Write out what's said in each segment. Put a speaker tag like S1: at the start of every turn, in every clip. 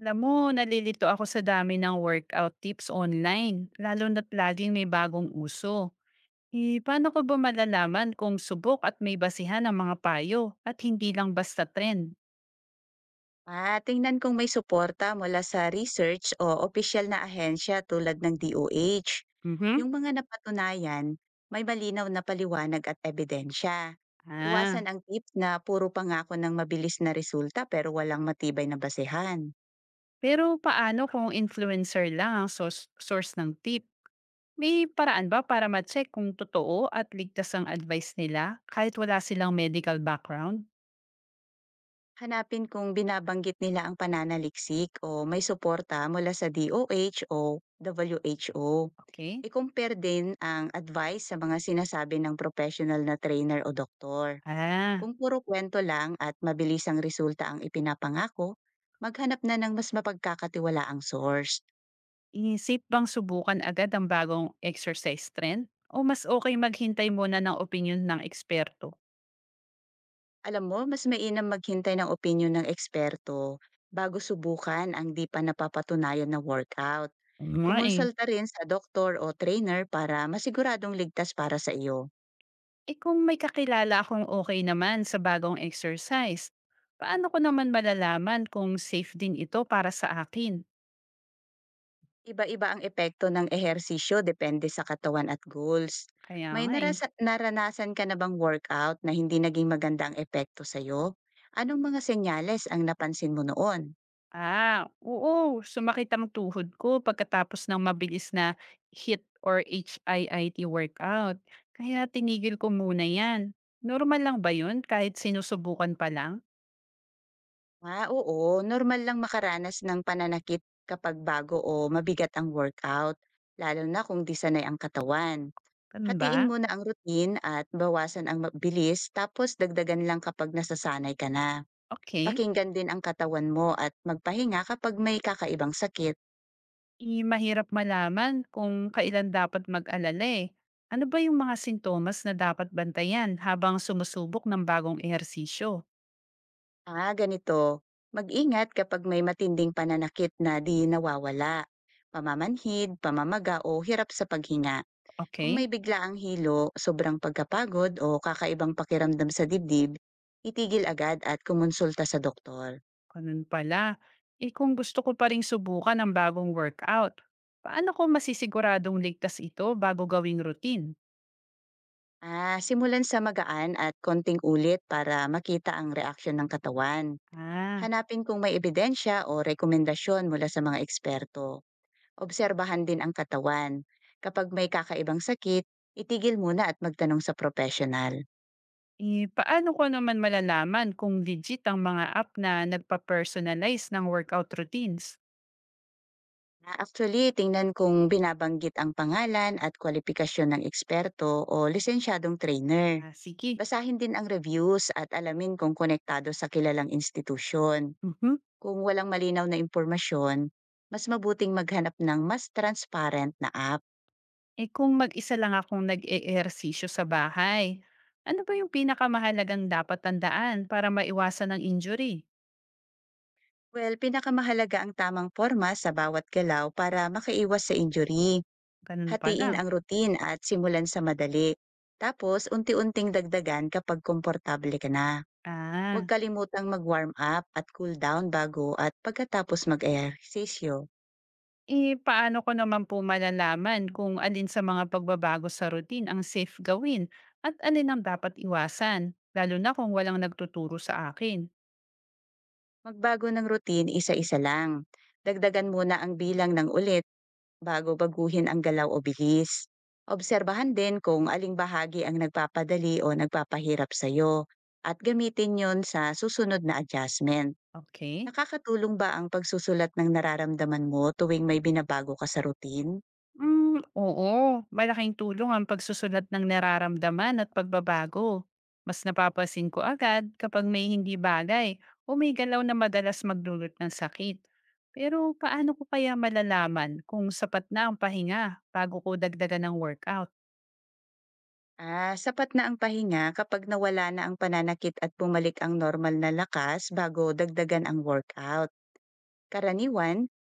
S1: Alam mo, nalilito ako sa dami ng workout tips online, lalo na't laging may bagong uso. Eh, paano ko ba malalaman kung subok at may basihan ang mga payo at hindi lang basta trend?
S2: Tingnan kung may suporta mula sa research o opisyal na ahensya tulad ng DOH.
S1: Mhm.
S2: Yung mga napatunayan, may malinaw na paliwanag at ebidensya.
S1: Ah,
S2: Iwasan ang tip na puro pangako ng mabilis na resulta pero walang matibay na basehan.
S1: Pero paano kung influencer lang ang source ng tip? May paraan ba para ma-check kung totoo at ligtas ang advice nila kahit wala silang medical background?
S2: Hanapin kung binabanggit nila ang pananaliksik o may suporta mula sa DOH o WHO.
S1: Okay.
S2: I-compare din ang advice sa mga sinasabi ng professional na trainer o doktor.
S1: Ah,
S2: Kung puro kwento lang at mabilis ang resulta ang ipinapangako, maghanap na ng mas mapagkakatiwalaang source.
S1: Inisip bang subukan agad ang bagong exercise trend o mas okay maghintay muna ng opinyon ng eksperto?
S2: Alam mo, mas mainam maghintay ng opinion ng eksperto bago subukan ang di pa napapatunayan na workout.
S1: Oo nga eh.
S2: Kumonsulta rin sa doktor o trainer para masiguradong ligtas para sa iyo.
S1: Eh kung may kakilala akong okay naman sa bagong exercise, paano ko naman malalaman kung safe din ito para sa akin?
S2: Iba-iba ang epekto ng ehersisyo depende sa katawan at goals.
S1: Kaya
S2: May
S1: nga eh.
S2: naranasan ka na bang workout na hindi naging maganda ang epekto sa'yo? Anong mga senyales ang napansin mo noon?
S1: Ah, oo, sumakit ang tuhod ko pagkatapos ng mabilis na HIIT or HIIT workout, kaya tinigil ko muna 'yan. Normal lang ba 'yun kahit sinusubukan pa lang,
S2: Oo, normal lang makaranas ng pananakit kapag bago o mabigat ang workout, lalo na kung di sanay ang katawan.
S1: ganun
S2: Hatiin
S1: ba?
S2: mo na ang routine at bawasan ang mabilis tapos dagdagan lang kapag nasasanay ka na.
S1: Okay.
S2: Pakinggan din ang katawan mo at magpahinga kapag may kakaibang sakit.
S1: Eh, mahirap malaman kung kailan dapat mag-alala, eh. Ano ba yung mga sintomas na dapat bantayan habang sumusubok ng bagong ehersisyo?
S2: Ah, ganito. Mag-ingat kapag may matinding pananakit na di nawawala. Pamamanhid, pamamaga o hirap sa paghinga. Kung
S1: Okey,
S2: may biglaang hilo, sobrang pagkapagod o kakaibang pakiramdam sa dibdib, itigil agad at kumonsulta sa doktor.
S1: ganun pala. Eh, kung gusto ko pa ring subukan ang bagong workout, paano ko masisiguradong ligtas ito bago gawing routine?
S2: Simulan sa magaan at konting ulit para makita ang reaksyon ng katawan.
S1: Ah,
S2: Hanapin kung may ebidensya o rekomendasyon mula sa mga eksperto. Obserbahan din ang katawan. Kapag may kakaibang sakit, itigil muna at magtanong sa profesional.
S1: Paano ko naman malalaman kung legit ang mga app na nagpa-personalize ng workout routines?
S2: Actually, tingnan kung binabanggit ang pangalan at kwalifikasyon ng eksperto o lisensyadong trainer.
S1: Ah, sige.
S2: Basahin din ang reviews at alamin kung konektado sa kilalang institusyon.
S1: Mhm.
S2: Kung walang malinaw na impormasyon, mas mabuting maghanap ng mas transparent na app.
S1: Eh, kung mag-isa lang akong nag-eehersisyo sa bahay, ano ba yung pinakamahalagang dapat tandaan para maiwasan ang injury?
S2: Well, pinakamahalaga ang tamang forma sa bawat galaw para makaiwas sa injury.
S1: Ganun pala.
S2: Hatiin ang routine at simulan sa madali. Tapos unti-unting dagdagan kapag komportable ka na.
S1: Ah,
S2: Huwag kalimutang mag-warm up at cool down bago at pagkatapos mag-ehersisyo.
S1: eh paano ko naman po malalaman kung alin sa mga pagbabago sa routine ang safe gawin at alin ang dapat iwasan, lalo na kung walang nagtuturo sa akin?
S2: Magbago ng routine isa-isa lang. Dagdagan muna ang bilang ng ulit bago baguhin ang galaw o bihis. Obserbahan din kung aling bahagi ang nagpapadali o nagpapahirap sa'yo at gamitin yon sa susunod na adjustment.
S1: Okay?
S2: Nakakatulong ba ang pagsusulat ng nararamdaman mo tuwing may binabago ka sa routine?
S1: Hmm, oo. Malaking tulong ang pagsusulat ng nararamdaman at pagbabago. Mas napapansin ko agad kapag may hindi bagay o may galaw na madalas magdulot ng sakit. Pero paano ko kaya malalaman kung sapat na ang pahinga bago ko dagdagan ng workout?
S2: Sapat na ang pahinga kapag nawala na ang pananakit at bumalik ang normal na lakas bago dagdagan ang workout. Karaniwan,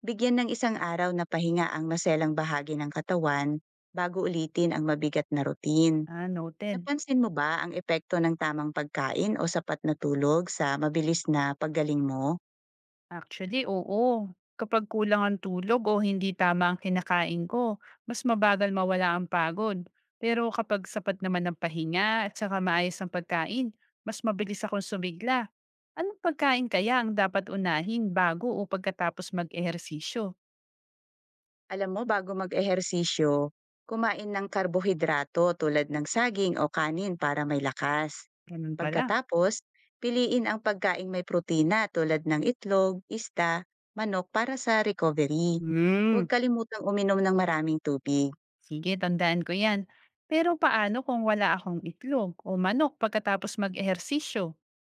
S2: bigyan ng isang araw na pahinga ang maselang bahagi ng katawan bago ulitin ang mabigat na routine.
S1: Ah, noted.
S2: Napansin mo ba ang epekto ng tamang pagkain o sapat na tulog sa mabilis na paggaling mo?
S1: Actually, oo. Kapag kulang ang tulog o hindi tama ang kinakain ko, mas mabagal mawala ang pagod. Pero kapag sapat naman ang pahinga at saka maayos ang pagkain, mas mabilis akong sumigla. Anong pagkain kaya ang dapat unahin bago o pagkatapos mag-ehersisyo?
S2: Alam mo, bago mag-ehersisyo, kumain ng karbohidrato tulad ng saging o kanin para may lakas.
S1: Ganun pala.
S2: Pagkatapos, piliin ang pagkaing may protina tulad ng itlog, isda, manok para sa recovery. Huwag
S1: Hmm,
S2: kalimutang uminom ng maraming tubig.
S1: sige, tandaan ko yan. Pero paano kung wala akong itlog o manok pagkatapos mag-ehersisyo?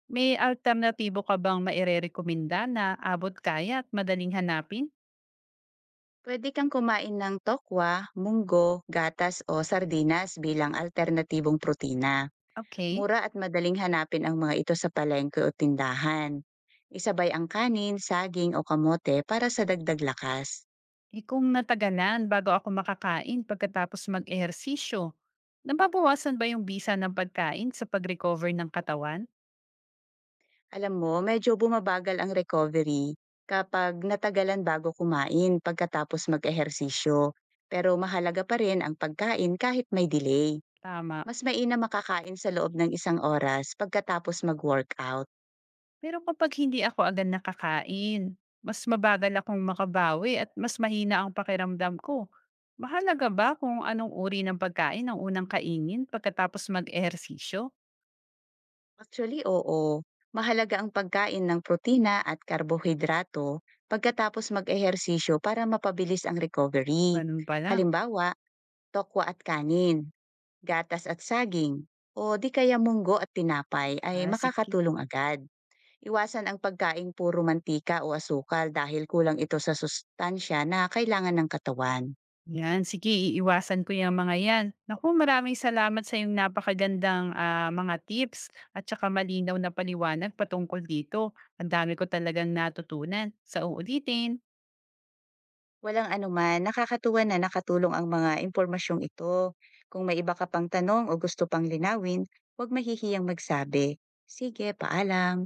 S1: May alternatibo ka bang rekomenda na abot kaya at madaling hanapin?
S2: Pwede kang kumain ng tokwa, munggo, gatas o sardinas bilang alternatibong protina.
S1: Okay.
S2: Mura at madaling hanapin ang mga ito sa palengke o tindahan. Isabay ang kanin, saging o kamote para sa dagdag lakas.
S1: Eh, kung natagalan bago ako makakain pagkatapos mag-ehersisyo, nababawasan ba yung bisa ng pagkain sa pag-recover ng katawan?
S2: Alam mo, medyo bumabagal ang recovery kapag natagalan bago kumain pagkatapos mag-ehersisyo. Pero mahalaga pa rin ang pagkain kahit may delay.
S1: Tama.
S2: Mas mainam makakain sa loob ng isang oras pagkatapos mag-workout.
S1: Pero kapag hindi ako agad nakakain, mas mabagal akong makabawi at mas mahina ang pakiramdam ko. Mahalaga ba kung anong uri ng pagkain ang unang kainin pagkatapos mag-ehersisyo?
S2: Actually, oo. Mahalaga ang pagkain ng protina at karbohidrato pagkatapos mag-ehersisyo para mapabilis ang recovery.
S1: Ganun pala.
S2: Halimbawa, tokwa at kanin, gatas at saging, o di kaya munggo at tinapay ay
S1: Ah, sige.
S2: makakatulong agad. Iwasan ang pagkain puro mantika o asukal dahil kulang ito sa sustansya na kailangan ng katawan.
S1: Yan, sige iiwasan ko yung mga yan. Naku, maraming salamat sa yung napakagandang, mga tips at saka malinaw na paliwanag patungkol dito. Ang dami ko talagang natutunan. Sa uulitin.
S2: Walang anuman, nakakatuwa na nakatulong ang mga impormasyong ito. Kung may iba ka pang tanong o gusto pang linawin, huwag mahihiyang magsabi. Sige, paalam.